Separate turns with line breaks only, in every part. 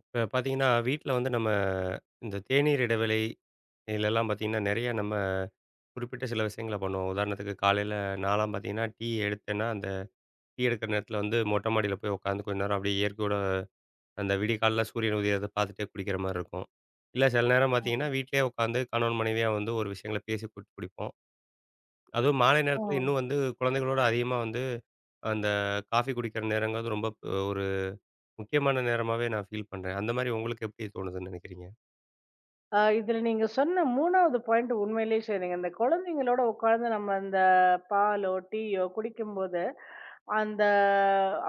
இப்ப பார்த்தீங்கன்னா, வீட்ல வந்து நம்ம இந்த தேநீர் இடைவேளை, இதுலலாம் பார்த்தீங்கன்னா, நெறைய நம்ம குறிப்பிட்ட சில விஷயங்கள பண்ணுவோம். உதாரணத்துக்கு காலையில நான்லாம் பார்த்தீங்கன்னா, டீ எடுத்தேன்னா, அந்த டீ எடுக்கிற நேரத்தில வந்து மொட்டை மாடியில போய் உட்காந்து கொஞ்ச நேரம் அப்படியே இயற்கையோட அந்த விடிகாலைல சூரியன் உதயத்த பார்த்துட்டே குடிக்கிற மாரி இருக்கும். இல்ல சில நேரம்
ஆ.
பார்த்தீங்கன்னா, வீட்லயே உட்காந்து கணவன் மனைவியா வந்து ஒரு விஷயங்கள பேசி கூட்டு குடிப்போம். அதுவும் மாலை நேரத்தில இன்னும் வந்து குழந்தைகளோட அதிகமா வந்து அந்த காஃபி குடிக்கிற நேரங்கிறது ரொம்ப ஒரு முக்கியமான நேரமாவே நான் ஃபீல் பண்றேன். அந்த மாரி உங்களுக்கு எப்படி தோணுதுன்னு நினைக்கிறீங்க?
இதுல நீங்க சொன்ன 3வது பாயிண்ட் உண்மையிலேயே சரிங்க. இந்த குழந்தைங்களோட உட்கார்ந்து நம்ம அந்த பாலோ, டீயோ குடிக்கும்போது, அந்த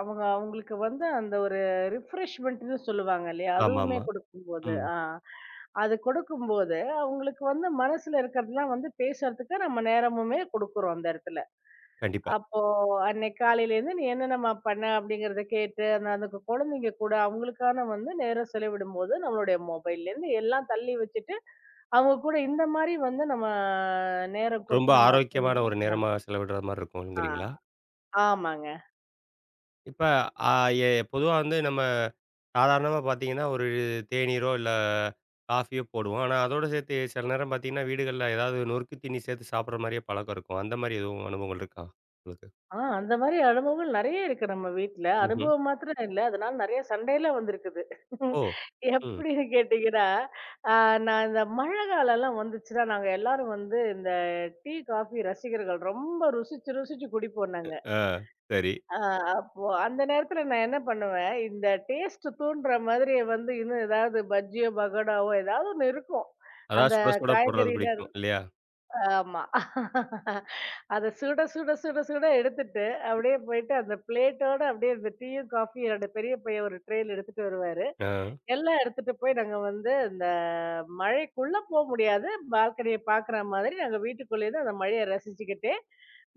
அவங்களுக்கு வந்து அந்த ஒரு ரிஃப்ரெஷ்மெண்ட்ன்னு சொல்லுவாங்க இல்லையா? அதுவுமே
ஆமாமா.
குடுக்கும்போது,
ம்.
அது கொடுக்கும்போது, அவங்களுக்கு வந்து மனசுல இருக்கிறதெல்லாம் வந்து பேசுறதுக்கு நம்ம நேரமுமே குடுக்குறோம் அந்த இடத்துல.
கண்டிப்பா.
அப்போ அன்னைக்கு காலையிலேருந்து நீ என்னென்னம்மா பண்ண? அப்படிங்கிறத கேட்டு, அந்த அந்த கு குழந்தைங்க கூட அவங்களுக்கான வந்து நேரம் செலவிடும்போது, நம்மளுடைய மொபைல்லேருந்து எல்லாம் தள்ளி வச்சுட்டு, அவங்க கூட இந்த மாரி வந்து நம்ம நேரம்
ரொம்ப
குடுத்து நம்ம
ஆரோக்கியமான
உட்காந்தோம்னா
ஒரு நேரமா செலவிடுற மாரி
ஆ
இருக்கும்ங்கிறீங்களா?
ஆமாங்க.
இப்ப அ எ பொதுவா வந்து நம்ம சாதாரணமா பார்த்தீங்கன்னா, ஒரு தேநீரோ இல்ல காஃபியோ போடுவோம். ஆனா, அதோட சேர்த்து சில நேரம் பார்த்தீங்கன்னா, வீடுகள்ல ஏதாவது நொறுக்கு தீனி சேர்த்து சாப்பிடுற மாரியே பழக்கம் இருக்கும். அந்த மாரி எதுவும் அனுபவங்கள் இருக்கா உங்களுக்கு?
அந்த மாரி அனுபவங்கள் நெறைய இருக்கு நம்ம வீட்ல.
ம்ஹ்ம்.
அனுபவம் மாத்திரம் இல்ல, அதனால நெறைய சண்டையெல்லாம் வந்திருக்குது.
ஓ! ம்.
எப்படின்னு கேட்டீங்கன்னா, ஆ நான் இந்த மழை காலம்லாம் வந்துச்சுன்னா, நாங்க எல்லாரும் வந்து இந்த டீ, காஃபி ரசிகர்கள் ரொம்ப ருசிச்சு ருசிச்சு குடிப்போம் நாங்க.
ஆ, சரி.
ஆ அப்போ அந்த நேரத்துல நான் என்ன பண்ணுவேன், இந்த டேஸ்ட் தூண்டுற மாதிரி வந்து இன்னும் ஏதாவது பஜ்ஜியோ, பகோடாவோ ஏதாவது ஒண்ணு இருக்கும்.
அதான்
அந்த
சுட சுட போடுறது
காய்கறியில
பிடிக்கும் இல்லையா?
ஆமா. அத சுட சுட எடுத்துட்டு, அப்படியே போயிட்டு அந்த பிளேட்டோட அப்படியே அந்த டீயும், காஃபியும் என்னோட பெரிய பையன் ஒரு ட்ரேல எடுத்துட்டு வருவாரு.
ஆ.
எல்லாம் எடுத்துட்டு போய் நாங்க வந்து இந்த மழைக்குள்ள போ முடியாது. பால்கனிய பாக்குற மாதிரி நாங்க வீட்டுக்குள்ளேயே தான் அந்த மழைய ரசிச்சுக்கிட்டே,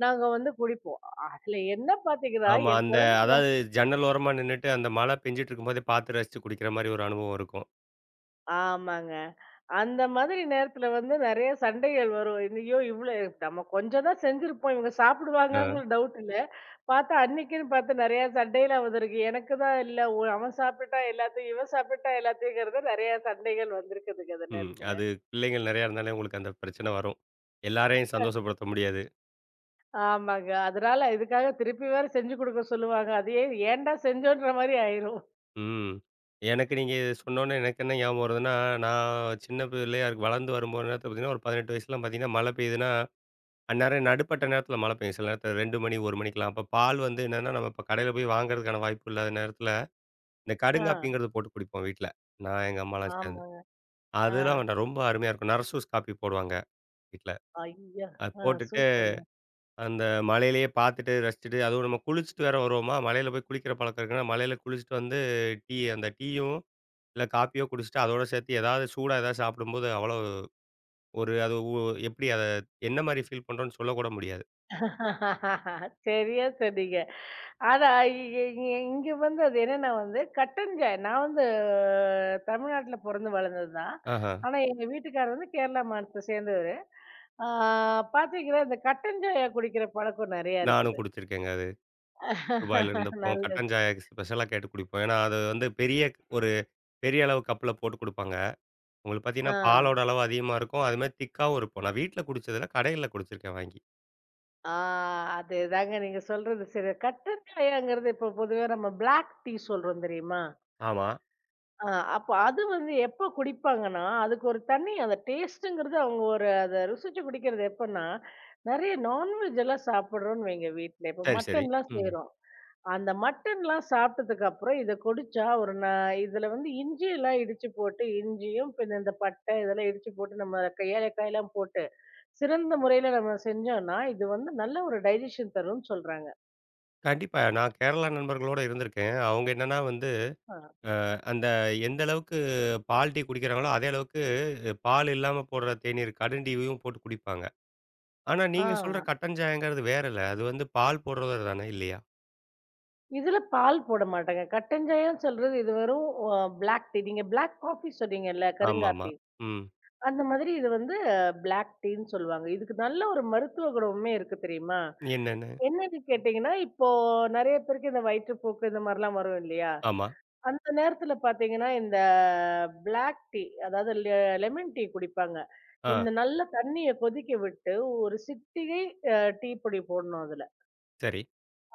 நாங்க வந்து குடிப்போம். அதுல என்ன பாத்தீங்கன்னா,
ஆமா.
என்
அந்த
குழந்தை
அதாவது ஜன்னல் ஓரமா நின்னுட்டு அந்த மழை பெஞ்சுட்டு இருக்கும்போதே பார்த்து ரசிச்சு குடிக்கிற மாரி ஒரு அனுபவம் இருக்கும்.
ஆமாங்க. அந்த மாதிரி நேரத்துல வந்து நெறைய சண்டைகள் வரும். ஐயோ! இவ்ளோ நம்ம கொஞ்சம் தான் செஞ்சிருப்போம். இவங்க
ஆ.
சாப்பிடுவாங்கங்கிற டவுட் இல்ல. பார்த்தா அன்னைக்குன்னு பார்த்து நெறைய சண்டையெல்லாம் வந்திருக்கு. எனக்கு தான் இல்ல. அவன் சாப்பிட்டுட்டான் எல்லாத்தையும், இவன் சாப்பிட்டுட்டான் எல்லாத்தையும்ங்கிறது நெறைய சண்டைகள் வந்திருக்குதுங்க அந்த
ம்.
நேரத்துல.
அது பிள்ளைகள் நெறையா இருந்தாலே உங்களுக்கு அந்த பிரச்சனை வரும். எல்லாரையும் சந்தோஷப்படுத்த முடியாது.
ஆமாங்க. அதனால இதுக்காக திருப்பி வேற செஞ்சு குடுக்க சொல்லுவாங்க. அது ஏன் ஏன்டா செஞ்சோன்ற மாரி ஆயிரும்.
ம். எனக்கு நீங்க சொன்னோனே எனக்கு என்ன ஞாபகம் வருதுன்னா, நான் சின்ன பிள்ளையா இருக்கு வளர்ந்து வரும்போது நேரத்துல பார்த்தீங்கன்னா, ஒரு 18 வயசுலாம் பார்த்தீங்கன்னா, மழை பெய்யுதுன்னா, அந்நேரம் நடுப்பட்ட நேரத்துல மழை பெய்யும். சில நேரத்துல 2 மணி, 1 மணிக்கெல்லாம். அப்ப பால் வந்து என்னன்னா, நம்ம இப்ப கடையில போய் வாங்குறதுக்கான வாய்ப்பு இல்லாத நேரத்துல, இந்த
ஆ.
கடுங்காப்பிங்கிறது போட்டு குடிப்போம் வீட்ல. நான் எங்க அம்மாலாம் சேர்ந்து.
ஆமாங்க. ஆ.
அதெல்லாம் வேண்டாம். ரொம்ப அருமையா இருக்கும். நர்சூஸ் காப்பி போடுவாங்க வீட்ல.
ஐயா!
அது
ஆ,
போட்டுட்டு
சூப்பர்.
அந்த மழையிலேயே பார்த்துட்டு, ரசிச்சுட்டு, அதுவும் நம்ம குளிச்சுட்டு வேற வருவோமா, மழையில போய் குளிக்கிற பழக்கம் இருக்குன்னா, மழையில குளிச்சுட்டு வந்து டீ அந்த டீயும், இல்ல காப்பியோ குடிச்சுட்டு, அதோட சேர்த்து ஏதாவது சூடா ஏதாவது சாப்பிடும்போது அவ்வளோ ஒரு அது உ எப்படி அத என்ன மாரி ஃபீல் பண்றோம்ன்னு சொல்லக்கூட முடியாது.
சரியா சொன்னீங்க. ஆனா இ இ இங்க வந்து அது என்னன்னா வந்து கட்டன் சாய் நான் வந்து தமிழ்நாட்டுல பொறந்து வளர்ந்தது தான்.
ஆஹா.
ஆனா எங்க வீட்டுக்காரர் வந்து கேரளா மாநிலத்த சேர்ந்தவரு. ஆ பார்த்தீங்கன்னா, இந்த கட்டன் சாயா குடிக்கிற பழக்கம் நெறையா
நானும்
இருக்குது.
குடிச்சிருக்கேங்க அது. துபாய்ல இருந்தப்போ
நல்லது.
கட்டன் சாய ஸ்பெஷலா கேட்டு குடிப்போம். ஏன்னா, அது வந்து ஒரு பெரிய அளவு கப்ல போட்டு குடுப்பாங்க. உங்களுக்கு
ஆ.
பார்த்தீங்கன்னா, பாலோட அளவு அதிகமா இருக்கும். அதுமாரி திக்காவும் இருக்கும். நான் வீட்ல குடிச்சதில்ல. கடைகள்ல குடிச்சிருக்கேன் வாங்கி.
ஆ அதேதாங்க நீங்க சொல்றது சரி. கட்டன் சாயாங்கிறது இப்போ பொதுவா நம்ம பிளாக் டீ சொல்றோம் தெரியுமா?
ஆமா.
அப்ப அது வந்து எப்ப குடிப்பாங்கன்னா, அதுக்கு ஒரு தனி அந்த டேஸ்ட்டுங்கிறது அவங்க ஒரு அத ருசிச்சு குடிக்கிறது எப்பன்னா, நெறைய நான்வெஜ் எல்லாம் சாப்பிடுறோம்ன்னு வைங்க வீட்ல. இப்ப
சரி, சரி.
மட்டன்லாம்
ம்.
செய்றோம். அந்த மட்டன்லாம் சாப்பிட்டதுக்கு அப்புறம் இத குடிச்சா ஒரு இதுல வந்து இஞ்சி எல்லாம் இடிச்சு போட்டு, இஞ்சியும் பின்ன இந்த பட்டை இதெல்லாம் இடிச்சு போட்டு நம்ம ஏலக்காய்லாம் போட்டு, சிறந்த முறையில நம்ம செஞ்சோம்னா, இது வந்து நல்ல ஒரு டைஜஷன் தரும்ன்னு சொல்றாங்க.
கண்டிப்பா. நான் கேரளா நண்பர்களோட இருந்திருக்கேன். அவங்க என்னன்னா வந்து,
ஆ.
அந்த எந்த அளவுக்கு பால் டீ குடிக்கிறாங்களோ, அதே அளவுக்கு பால் இல்லாம போடுற தேநீர், கடும் டீயும் போட்டு குடிப்பாங்க. ஆனா நீங்க சொல்ற
ஆ.
கட்டன் சாயங்கிறது வேறல்ல. அது வந்து பால் போடுறது தானே இல்லையா?
இதுல பால் போட மாட்டேங்க. கட்டன் சாயான்னு சொல்றது இது வெறும் பிளாக் டீ. நீங்க பிளாக் காஃபி சொன்னீங்கல்ல,
ஆமாமா.
கருங்காப்பி.
ம்.
அந்த மாதிரி இது வந்து பிளாக் டீன்னு சொல்லுவாங்க. இதுக்கு நல்ல ஒரு மருத்துவ குணமுமே இருக்கு தெரியுமா?
என்னன்னு?
என்னன்னு கேட்டீங்கன்னா, இப்போ நெறைய பேருக்கு இந்த வயிற்றுப்போக்கு இந்த மாரிலாம் வரும் இல்லையா?
ஆமா.
அந்த நேரத்துல பாத்தீங்கன்னா, இந்த பிளாக் டீ அதாவது லெமன் டீ குடிப்பாங்க.
ஆ.
இந்த நல்ல தண்ணீய கொதிக்க விட்டு ஒரு சிட்டிகை அ டீ பொடி போடணும் அதுல.
சரி.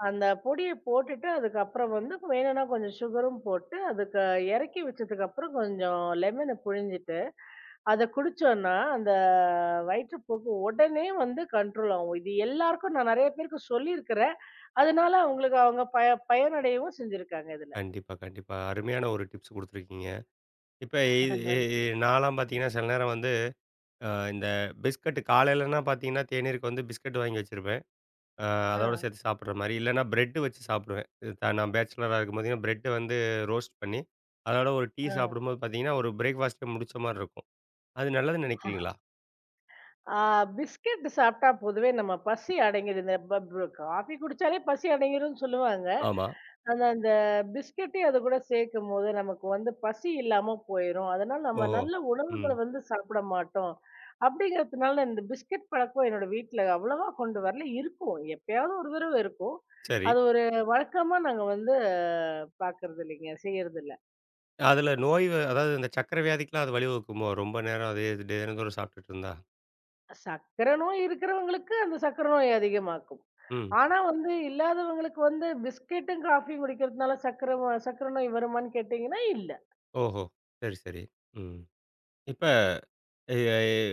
அந்த பொடிய போட்டுட்டு, அதுக்கப்புறம் வந்து வேணும்னா கொஞ்சம் சுகரும் போட்டு, அதுக்கு இறக்கி வச்சதுக்கப்புறம் கொஞ்சம் லெமன புழிஞ்சிட்டு, அத குடிச்சோம்ன்னா, அந்த வயிற்றுப்போக்கு உடனே வந்து கண்ட்ரோல் ஆகும். இது எல்லாருக்கும் நான் நெறைய பேருக்கு சொல்லியிருக்கிறேன். அதனால அவங்களுக்கு அவங்க பயனடையவும் செஞ்சிருக்காங்க இதுல.
கண்டிப்பா, கண்டிப்பா. அருமையான ஒரு டிப்ஸ் குடுத்துருக்கீங்க. இப்ப இது இ
நன்றி.
இ நான்லாம் பார்த்தீங்கன்னா, சில நேரம் வந்து இந்த பிஸ்கட் காலையிலலாம் பார்த்தீங்கன்னா, தேநீருக்கு வந்து பிஸ்கட் வாங்கி வச்சிருப்பேன். அ
ஆ,
அதோட சேர்த்து சாப்பிடுற மாரி. இல்லன்னா பிரெட் வச்சு சாப்பிடுவேன். இது நான் பேச்சுலரா இருக்கும் பார்த்தீங்கன்னா, பிரெட்ட வந்து ரோஸ்ட் பண்ணி, அதோட ஒரு டீ
ஆ.
சாப்பிடும்போது பார்த்தீங்கன்னா, ஒரு பிரேக்ஃபாஸ்ட்டே முடிச்ச மாரி இருக்கும். அது நல்லதுன்னு நினைக்கிறீங்களா?
ஆ பிஸ்கட் சாப்பிட்டா பொதுவே நம்ம பசி அடங்கிடுது. ப ப காஃபி குடிச்சாலே பசி அடங்கிரும்னு சொல்லுவாங்க.
ஆமா.
அந்த அந்த பிஸ்கட்டையும் அது கூட சேர்க்கும்போது, நமக்கு வந்து பசி இல்லாம போயிரும். அதனால நம்ம
ஓஹோ!
நல்ல
ம்.
உணவுகள வந்து சாப்பிட மாட்டோம். அப்படிங்கிறதுனால இந்த பிஸ்கட் பழக்கம் என்னோட வீட்ல அவ்வளவா கொண்டு வரல. இருக்கும். எப்பயாவது ஒரு தடவ இருக்கும்.
சரி.
அது ஒரு வழக்கமா நாங்க வந்து பார்க்கறது இல்லைங்க. செய்யறது இல்ல.
அதுல நோய் வ அதாவது இந்த சர்க்கரை வியாதிக்குலாம் அது வழிவகுக்குமோ? ரொம்ப நேரம் அதே இது தினந்தோறும் சாப்பிட்டுட்டு இருந்தா?
சர்க்கரை நோய் இருக்கிறவங்களுக்கு அந்த சர்க்கரை நோய் அதிகமாக்கும்.
ம்.
ஆனா வந்து இல்லாதவங்களுக்கு வந்து பிஸ்கட்டும், காஃபியும் குடிக்கிறதுனால சர்க்கரை சர்க்கரை நோய் வருமான்னு கேட்டீங்கன்னா, இல்ல.
ஓஹோ! சரி, சரி. ம். இப்ப எ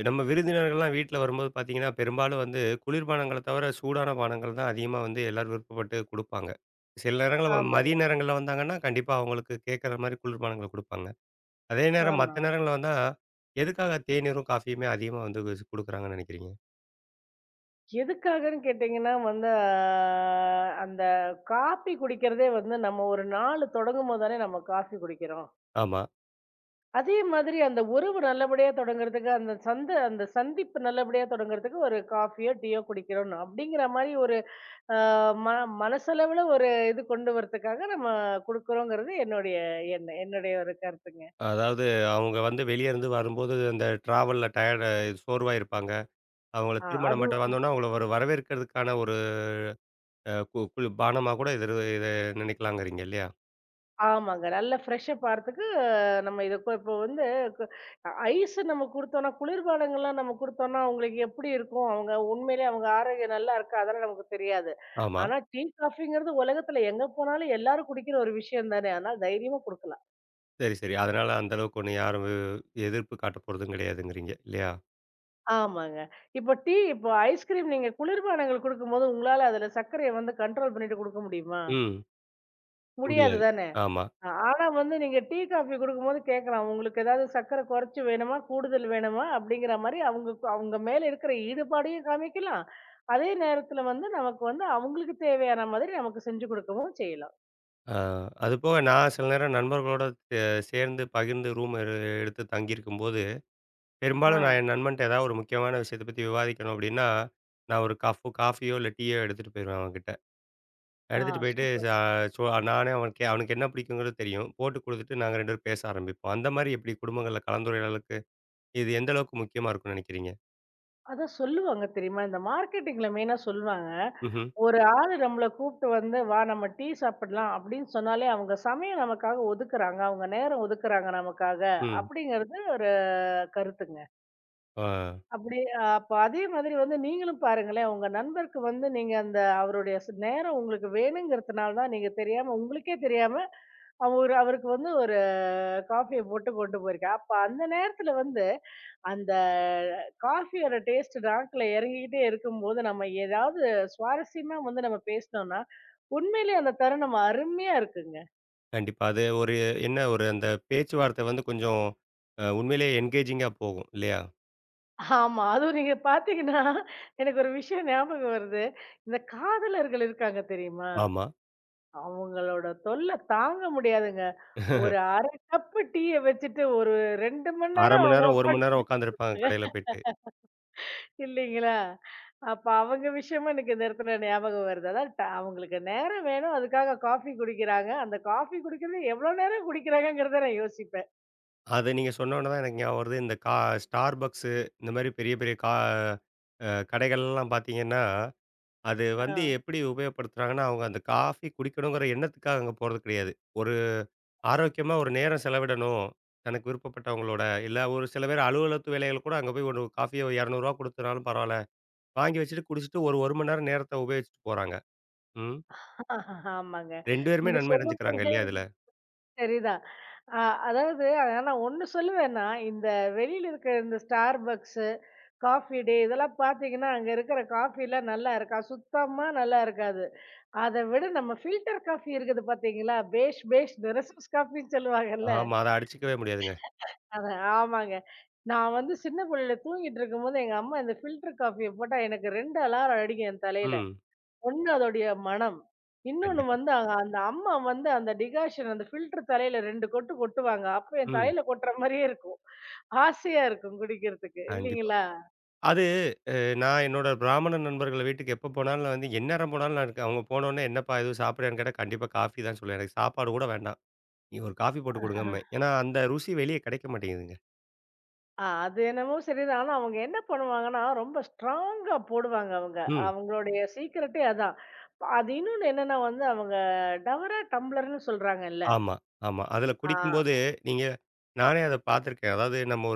நம்ம விருந்தினர்கள்லாம் வீட்ல வரும்போது பார்த்தீங்கன்னா, பெரும்பாலும் வந்து குளிர்பானங்கள தவிர சூடான பானங்கள் தான் அதிகமா வந்து எல்லாரும் விருப்பப்பட்டு குடுப்பாங்க. சில நேரங்கள்ல
ஆமாங்க.
மதிய நேரங்கள்ல வந்தாங்கன்னா, கண்டிப்பா அவங்களுக்கு கேட்குற மாரி குளிர்பானங்கள குடுப்பாங்க. அதே நேரம்
ஆமா.
மத்த நேரங்கள்ல வந்தா, எதுக்காக தேநீரும், காஃபியுமே அதிகமா வந்து குடுக்குறாங்கன்னு நெனைக்கிறீங்க?
எதுக்காகன்னு கேட்டீங்கன்னா வந்து, அந்த காஃபி குடிக்கிறதே வந்து நம்ம ஒரு நாள் தொடங்கும்போது தானே நம்ம காஃபி குடிக்கிறோம்.
ஆமா.
அதே மாதிரி அந்த உறவு நல்லபடியா தொடங்குறதுக்கு, அந்த சந்திப்பு நல்லபடியா தொடங்குறதுக்கு ஒரு காஃபியோ, டீயோ குடிக்கிறோம். அப்படிங்கிற மாரி ஒரு அ ம மனசளவுல ஒரு இது கொண்டு வரதுக்காக நம்ம குடுக்குறோங்கிறது என்னுடைய எண்ணம். என்னுடைய ஒரு கருத்துங்க.
அதாவது அவங்க வந்து வெளிய இருந்து வரும்போது அந்த டிராவல்ல டயர்டா சோர்வா இருப்பாங்க. அவங்கள திரும்ப நம்மட்ட
அதுவும்
வந்தோனே, அவங்கள ஒரு வரவேற்கிறதுக்கான ஒரு அ கு குளி பானமா கூட இத நினைக்கலாங்கிறீங்க இல்லையா?
ஆமாங்க. நல்ல ஃப்ரெஷ் அப் நம்ம இத இப்போ வந்து கு ஐஸ் நம்ம குடுத்தோம்னா குளிர்பானங்கள்லாம் நம்ம குடுத்தோம்னா, அவங்களுக்கு எப்படி இருக்கும்? அவங்க உண்மையிலேயே அவங்க ஆரோக்கியம் நல்லா இருக்கா? அதெல்லாம் நமக்கு தெரியாது.
ஆமா.
ஆனா டீ, காஃபிங்கிறது உலகத்துல எங்க போனாலும் எல்லாரும் குடிக்கிற ஒரு விஷயம் தானே! அதனால தைரியமா குடுக்கலாம்.
சரி, சரி. அதனால அந்த அளவுக்கு ஒண்ணும் யாரும் எதிர்ப்பு காட்டப் போறதும் கிடையாதுங்கிறீங்க. இல்லையா?
ஆமாங்க. இப்போ டீ இப்போ ஐஸ்கிரீம் நீங்க குளிர்பானங்கள் குடுக்கும்போது, உங்களால அதுல சர்க்கரைய வந்து கண்ட்ரோல் பண்ணிட்டு குடுக்க முடியுமா?
ம்.
முடியாது
முடியாது.
தானே!
ஆமா.
ஆனா வந்து நீங்க டீ, காஃபி குடுக்கும்போது கேட்கலாம். உங்களுக்கு ஏதாவது சர்க்கரை குறைச்சு வேணுமா? கூடுதல் வேணுமா? அப்படிங்கிற மாரி அவங்க அவங்க மேல இருக்கிற ஈடுபாடையும் காமிக்கலாம். அதே நேரத்துல வந்து நமக்கு வந்து அவங்களுக்கு தேவையான மாதிரி நமக்கு செஞ்சு குடுக்கவும் செய்யலாம்.
அ அதுபோக நான் சில நேரம் நண்பர்களோட அ சேர்ந்து பகிர்ந்து ரூம் எடு எடுத்து தங்கியிருக்கும்போது,
ஆ.
பெரும்பாலும் நான் என் நண்பன்ட்ட ஏதாவது ஒரு முக்கியமான விஷயத்த பத்தி விவாதிக்கணும் அப்படின்னா, நான் ஒரு காஃபியோ இல்ல டீயோ எடுத்துட்டு போயிருவேன் அவன்கிட்ட.
ஆ,
எடுத்துட்டு போயிட்டு ச
சூப்பர்.
சோ நானே அவனுக்கு அவனுக்கு என்ன பிடிக்குங்கிறது தெரியும். போட்டு குடுத்துட்டு நாங்க 2 பேரும் பேச ஆரம்பிப்போம். அந்த மாரி எப்படி குடும்பங்கள்ல கலந்துரையாடலுக்கு இது எந்த அளவுக்கு முக்கியமா இருக்கும்னு நினைக்கிறீங்க?
அதான் சொல்லுவாங்க தெரியுமா? இந்த மார்க்கெட்டிங்ல மெயினா சொல்லுவாங்க.
ம்ஹ்ம்.
ஒரு ஆளு நம்மள கூப்பிட்டு வந்து, "வா நம்ம டீ சாப்பிடலாம்" அப்படின்னு சொன்னாலே, அவங்க சமயம் நமக்காக ஒதுக்குறாங்க. அவங்க நேரம் ஒதுக்குறாங்க நமக்காக.
ம்.
அப்படிங்கிறது ஒரு கருத்துங்க.
ஆ.
அப்படி அ அப்ப அதே மாதிரி வந்து நீங்களும் பாருங்களேன், உங்க நண்பருக்கு வந்து நீங்க அந்த அவருடைய நேரம் உங்களுக்கு வேணுங்கிறதுனால தான் நீங்க தெரியாம உங்களுக்கே தெரியாம அவருக்கு வந்து ஒரு காஃபிய போட்டு கொண்டு போயிருக்க. அப்ப அந்த நேரத்துல வந்து அந்த காஃபியோட டேஸ்ட் நாக்குல இறங்கிக்கிட்டே இருக்கும்போது, நம்ம ஏதாவது சுவாரஸ்யமா வந்து நம்ம பேசினோம்னா, உண்மையிலேயே அந்த தருணம் அருமையா இருக்குங்க.
கண்டிப்பா. அது ஒரு என்ன ஒரு அந்த பேச்சுவார்த்தை வந்து கொஞ்சம் உண்மையிலேயே என்கேஜிங்கா போகும் இல்லையா?
ஆமா. அதுவும் நீங்க பார்த்தீங்கன்னா, எனக்கு ஒரு விஷயம் ஞாபகம் வருது. இந்த காதலர்கள் இருக்காங்க தெரியுமா?
ஆமா.
அவங்களோட தொல்ல தாங்க முடியாதுங்க. ஒரு 1/2 கப்பு டீய வச்சுட்டு ஒரு 2 மணி
1/2
நேரம்
மணி
அவங்க
நேரம், 1 மணி
உட்காந்து
நேரம் உட்காந்துருப்பாங்க
குடிச்சாங்க
கடையில போயிட்டு.
இல்லைங்களா? அப்ப அவங்க விஷயமா எனக்கு இந்த இடத்துல ஞாபகம் வருது. அதான் அவங்களுக்கு நேரம் வேணும். அதுக்காக காஃபி குடிக்கிறாங்க. அந்த காஃபி குடிக்கிறது எவ்வளோ நேரம் குடிக்கிறாங்கங்கிறத நான் யோசிப்பேன்.
அது நீங்க சொன்னோனே தான் எனக்கு ஞாபகம் வருது. இந்த Starbucksஸு இந்த மாரி பெரிய பெரிய கா அ கடைகள்லாம் பார்த்தீங்கன்னா, அது
ஆ
வந்து எப்படி உபயோகப்படுத்துறாங்கன்னா, அவங்க அந்த காஃபி குடிக்கணுங்கிற எண்ணத்துக்காக அங்க போறது கிடையாது. ஒரு ஆரோக்கியமா ஒரு நேரம் செலவிடணும். தனக்கு விருப்பப்பட்டவங்களோட, இல்ல ஒரு சில பேர் அலுவலகத்து வேலைகள் கூட அங்க போய் ஒரு காஃபிய ரூ. 200 குடுத்தனாலும் பரவால்ல. வாங்கி வச்சுட்டு குடிச்சிட்டு ஒரு 1 மணி நேரம் நேரத்த உபயோகிச்சுட்டு போறாங்க. ம்.
ஆமாங்க.
2 பேருமே
நீங்க
நன்மை
சொல்லும்போது
அடைஞ்சுக்கிறாங்க இல்லையா இதுல?
சரிதான். அ அதாவது ஆனா நான் ஒண்ணு சொல்லுவேன்னா, இந்த வெளியில இருக்கிற இந்த Starbucksஸு, காஃபி டே இதெல்லாம் பார்த்தீங்கன்னா, அங்க இருக்கிற காஃபிலாம் நல்லா இருக்கா? சுத்தமா நல்லா இருக்காது. அத விட நம்ம ஃபில்டர் காஃபி இருக்குது பார்த்தீங்களா? பேஷ் பேஷ் ரெஸ்பூஸ் காஃபின்னு சொல்லுவாங்கல்ல.
ஆமா. அத அடிச்சுக்கவே முடியாதுங்க.
அதான் ஆமாங்க. நான் வந்து சின்ன புள்ளையில தூங்கிட்டு இருக்கும்போது, எங்க அம்மா இந்த ஃபில்டர் காஃபிய போட்டா எனக்கு 2 அலாரம் அடிக்கும் என் தலையில.
ம்.
ஒண்ணு அதோடைய மணம். இன்னொன்னு
கண்டிப்பா.
வந்து அந்த அம்மா வந்து அந்த டிகாஷன் அந்த ஃபில்டர் தலையில 2 கொட்டு கொட்டுவாங்க. அப்ப என்
ம்.
தலையில கொட்டுற மாரியே இருக்கும். ஆசையா இருக்கும் குடிக்கிறதுக்கு.
கண்டிப்பா.
இல்லீங்களா?
அது நான் என்னோட பிராமண நண்பர்கள் வீட்டுக்கு எப்ப போனாலும் நான் வந்து எந்நேரம் போனாலும் நான் இருக்க அவங்க போனோனே, "என்னப்பா எதுவும் சாப்பிடுறியான்னு?" கேட்டா, "கண்டிப்பா காஃபி தான்" சொல்லுவேன். எனக்கு சாப்பாடு கூட வேண்டாம். "நீ ஒரு காஃபி போட்டு குடுங்கம்பேன்." ஏன்னா அந்த ருசி வெளிய கிடைக்க மாட்டேங்குதுங்க.
அது என்னமோ சரிதான். ஆனா அவங்க என்ன பண்ணுவாங்கன்னா, ரொம்ப ஸ்ட்ராங்கா போடுவாங்க அவங்க.
ம்.
அவங்களுடைய சீக்ரெட்டே அதான். அது இன்னொன்னு என்னன்னா வந்து அவங்க டவரா டம்ளர்ன்னு சொல்றாங்கல்ல.
ஆமா, ஆமா. அதுல
ஆ.
குடிக்கும்போது நீங்க நானே அத பார்த்துருக்கேன். அதாவது நம்ம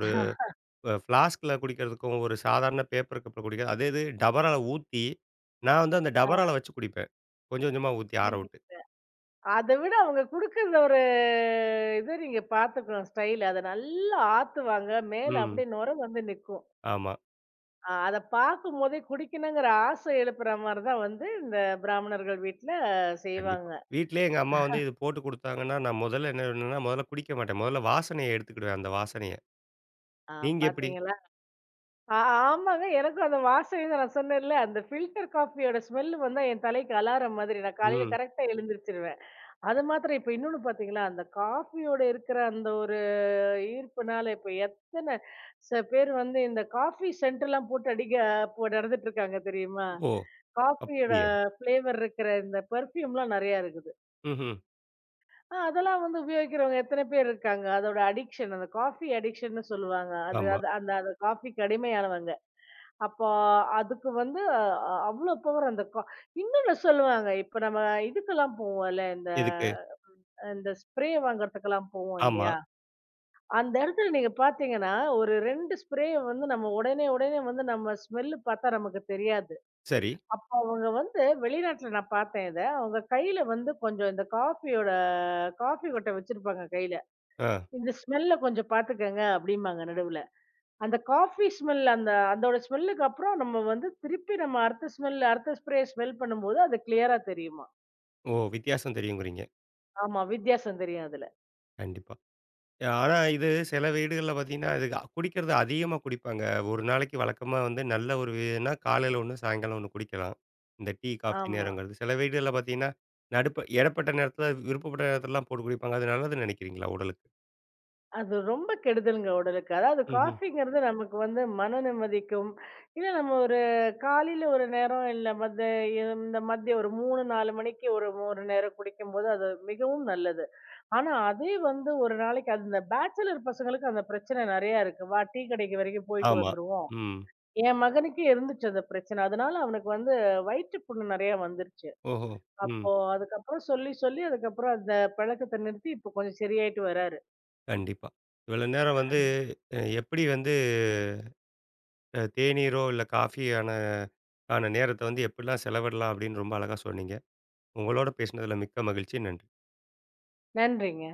ஃப்ளாஸ்க்ல குடிக்கிறதுக்கும், ஒரு சாதாரண பேப்பர் கப்ல குடிக்கிறது அதே இது டபரால ஊத்தி, நான் வந்து அந்த டபரால வச்சு குடிப்பேன். கொஞ்சம் கொஞ்சமா ஊத்தி ஆற விட்டு.
ஆ. அத விட அவங்க குடுக்குற ஒரு இது நீங்க பார்த்துக்கணும் ஸ்டைல். அத நல்லா ஆத்துவாங்க. மேல
ம்.
அப்படியே நுரை வந்து நிக்கும்.
ஆமா.
அத பார்க்கும்போதே குடிக்கணுங்கிற ஆசை எழுப்புற மாரி தான் வந்து இந்த பிராமணர்கள் வீட்ல
கண்டிப்பா.
செய்வாங்க.
வீட்லயே எங்க அம்மா வந்து இது போட்டு குடுத்தாங்கன்னா, நான் முதல்ல என்ன பண்ணுவேன்னா, முதல்ல குடிக்க மாட்டேன். முதல்ல வாசனைய எடுத்துக்கிடுவேன், அந்த வாசனைய.
ஆ
நீங்க எப்படி?
பார்த்தீங்களா? ஆ ஆமாங்க. எனக்கும் அந்த வாசனை தான் நான் சொன்னேன்ல, அந்த ஃபில்டர் காஃபியோட ஸ்மெல் வந்தா என் தலைக்கு அலாரம் மாதிரி. நான் காலையில
ம்.
கரெக்ட்டா எழுந்திரிச்சுருவேன். அது மாத்திரம் இப்ப இன்னொன்னு பார்த்தீங்களா, அந்த காஃபியோட இருக்கிற அந்த ஒரு ஈர்ப்புனால இப்ப எத்தன சில பேர் வந்து இந்த காஃபி சென்ட்லாம் போட்டு அடிக்க இப்போ நடந்துட்டு இருக்காங்க தெரியுமா?
ஓ!
காஃபியோட
அப்படியா?
ஃப்ளேவர் இருக்கிற இந்த பெர்ஃப்யூம்லாம் நெறையா இருக்குது.
ம்ஹ்ம்.
அதெல்லாம் வந்து உபயோகிக்கிறவங்க எத்தன பேர் இருக்காங்க? அதோட அடிக்ஷன் அந்த காஃபி அடிக்ஷன்னு சொல்லுவாங்க. அது
ஆமா.
அது அந்த அந்த காஃபிக்கு அடிமையானவங்க. அப்போ அதுக்கு வந்து அவ்ளோ பவர் அந்த இன்னொன்னு சொல்லுவாங்க. இப்ப நம்ம இதுக்கெல்லாம் போவோம்ல, இந்த
எதுக்கு?
இந்த ஸ்ப்ரே வாங்குறதுக்கெல்லாம் போவோம்
ஆமா.
இல்லையா? அந்த இடத்துல நீங்க பார்த்தீங்கன்னா, ஒரு 2 ஸ்ப்ரேய வந்து நம்ம உடனே, உடனே வந்து நம்ம ஸ்மெல் பார்த்தா நமக்கு தெரியாது.
சரி.
அப்ப அவங்க வந்து வெளிநாட்ல நான் பார்த்தேன் இத. அவங்க கையில வந்து கொஞ்சம் இந்த காஃபியோட காஃபி கொட்ட வச்சிருப்பாங்க கையில.
ஆ.
"இந்த ஸ்மெல்ல கொஞ்சம் பார்த்துக்கங்க" அப்படிம்பாங்க நடுவுல. அந்த காஃபி ஸ்மெல் அந்த அதோட ஸ்மெல்லுக்கு அப்புறம் நம்ம வந்து திருப்பி நம்ம அடுத்த ஸ்மெல் அடுத்த ஸ்ப்ரேய ஸ்மெல் பண்ணும்போது அது கிளியரா தெரியுமாம்.
ஓ! வித்தியாசம் தெரியுங்கிறீங்க.
ஆமா வித்தியாசம் தெரியும் அதுல.
கண்டிப்பா. ஆனா, இது சில வீடுகள்ல பார்த்தீங்கன்னா, இது குடிக்கிறது அதிகமா குடிப்பாங்க. ஒரு நாளைக்கு வழக்கமா வந்து நல்ல ஒரு இதுன்னா காலையில 1, சாயங்காலம் 1 குடிக்கலாம். இந்த டீ, காஃபி
ஆமா.
நேரங்கிறது. சில வீடுகள்ல பார்த்தீங்கன்னா, நடுப்ப இடைப்பட்ட நேரத்தில விருப்பப்பட்ட நேரத்திலலாம் போட்டு குடிப்பாங்க. அது நல்லதுன்னு நினைக்கிறீங்களா உடலுக்கு?
அது ரொம்ப கெடுதல்ங்க உடலுக்கு. அதாவது
ம்ஹ்ம்.
காஃபிங்கிறது நமக்கு வந்து மன நிம்மதிக்கும், இல்ல நம்ம ஒரு காலையில ஒரு நேரம் இல்ல மத்த இந்த மதியம் ஒரு 3, 4 மணிக்கு ஒரு ஒரு நேரம் குடிக்கும்போது அது மிகவும் நல்லது. ஆனா அதே வந்து ஒரு நாளைக்கு அந்த பேச்சலர் பசங்களுக்கு அந்த பிரச்சனை நெறையா இருக்கு. வா டீ கடைக்கு வரைக்கும் போயிட்டு
ஆமா.
வந்துருவோம்.
ம்.
என் மகனுக்கே இருந்துச்சு அந்த பிரச்சனை. அதனால அவனுக்கு வந்து வயிற்று புண்ணு நெறையா வந்துருச்சு.
ஓஹோ! ம்.
அப்போ அதுக்கப்புறம் சொல்லி சொல்லி அதுக்கப்புறம் அந்த பழக்கத்த நிறுத்தி இப்போ கொஞ்சம் சரியாயிட்டு வராரு.
கண்டிப்பா. இவ்வளோ நேரம் வந்து எப்படி வந்து தேநீரோ, இல்ல ஆன நேரத்த வந்து எப்படிலாம் செலவிடலாம் அப்படின்னு ரொம்ப அழகா சொன்னீங்க. உங்களோட பேசினதில மிக்க மகிழ்ச்சி. நன்றி.
நன்றிங்க.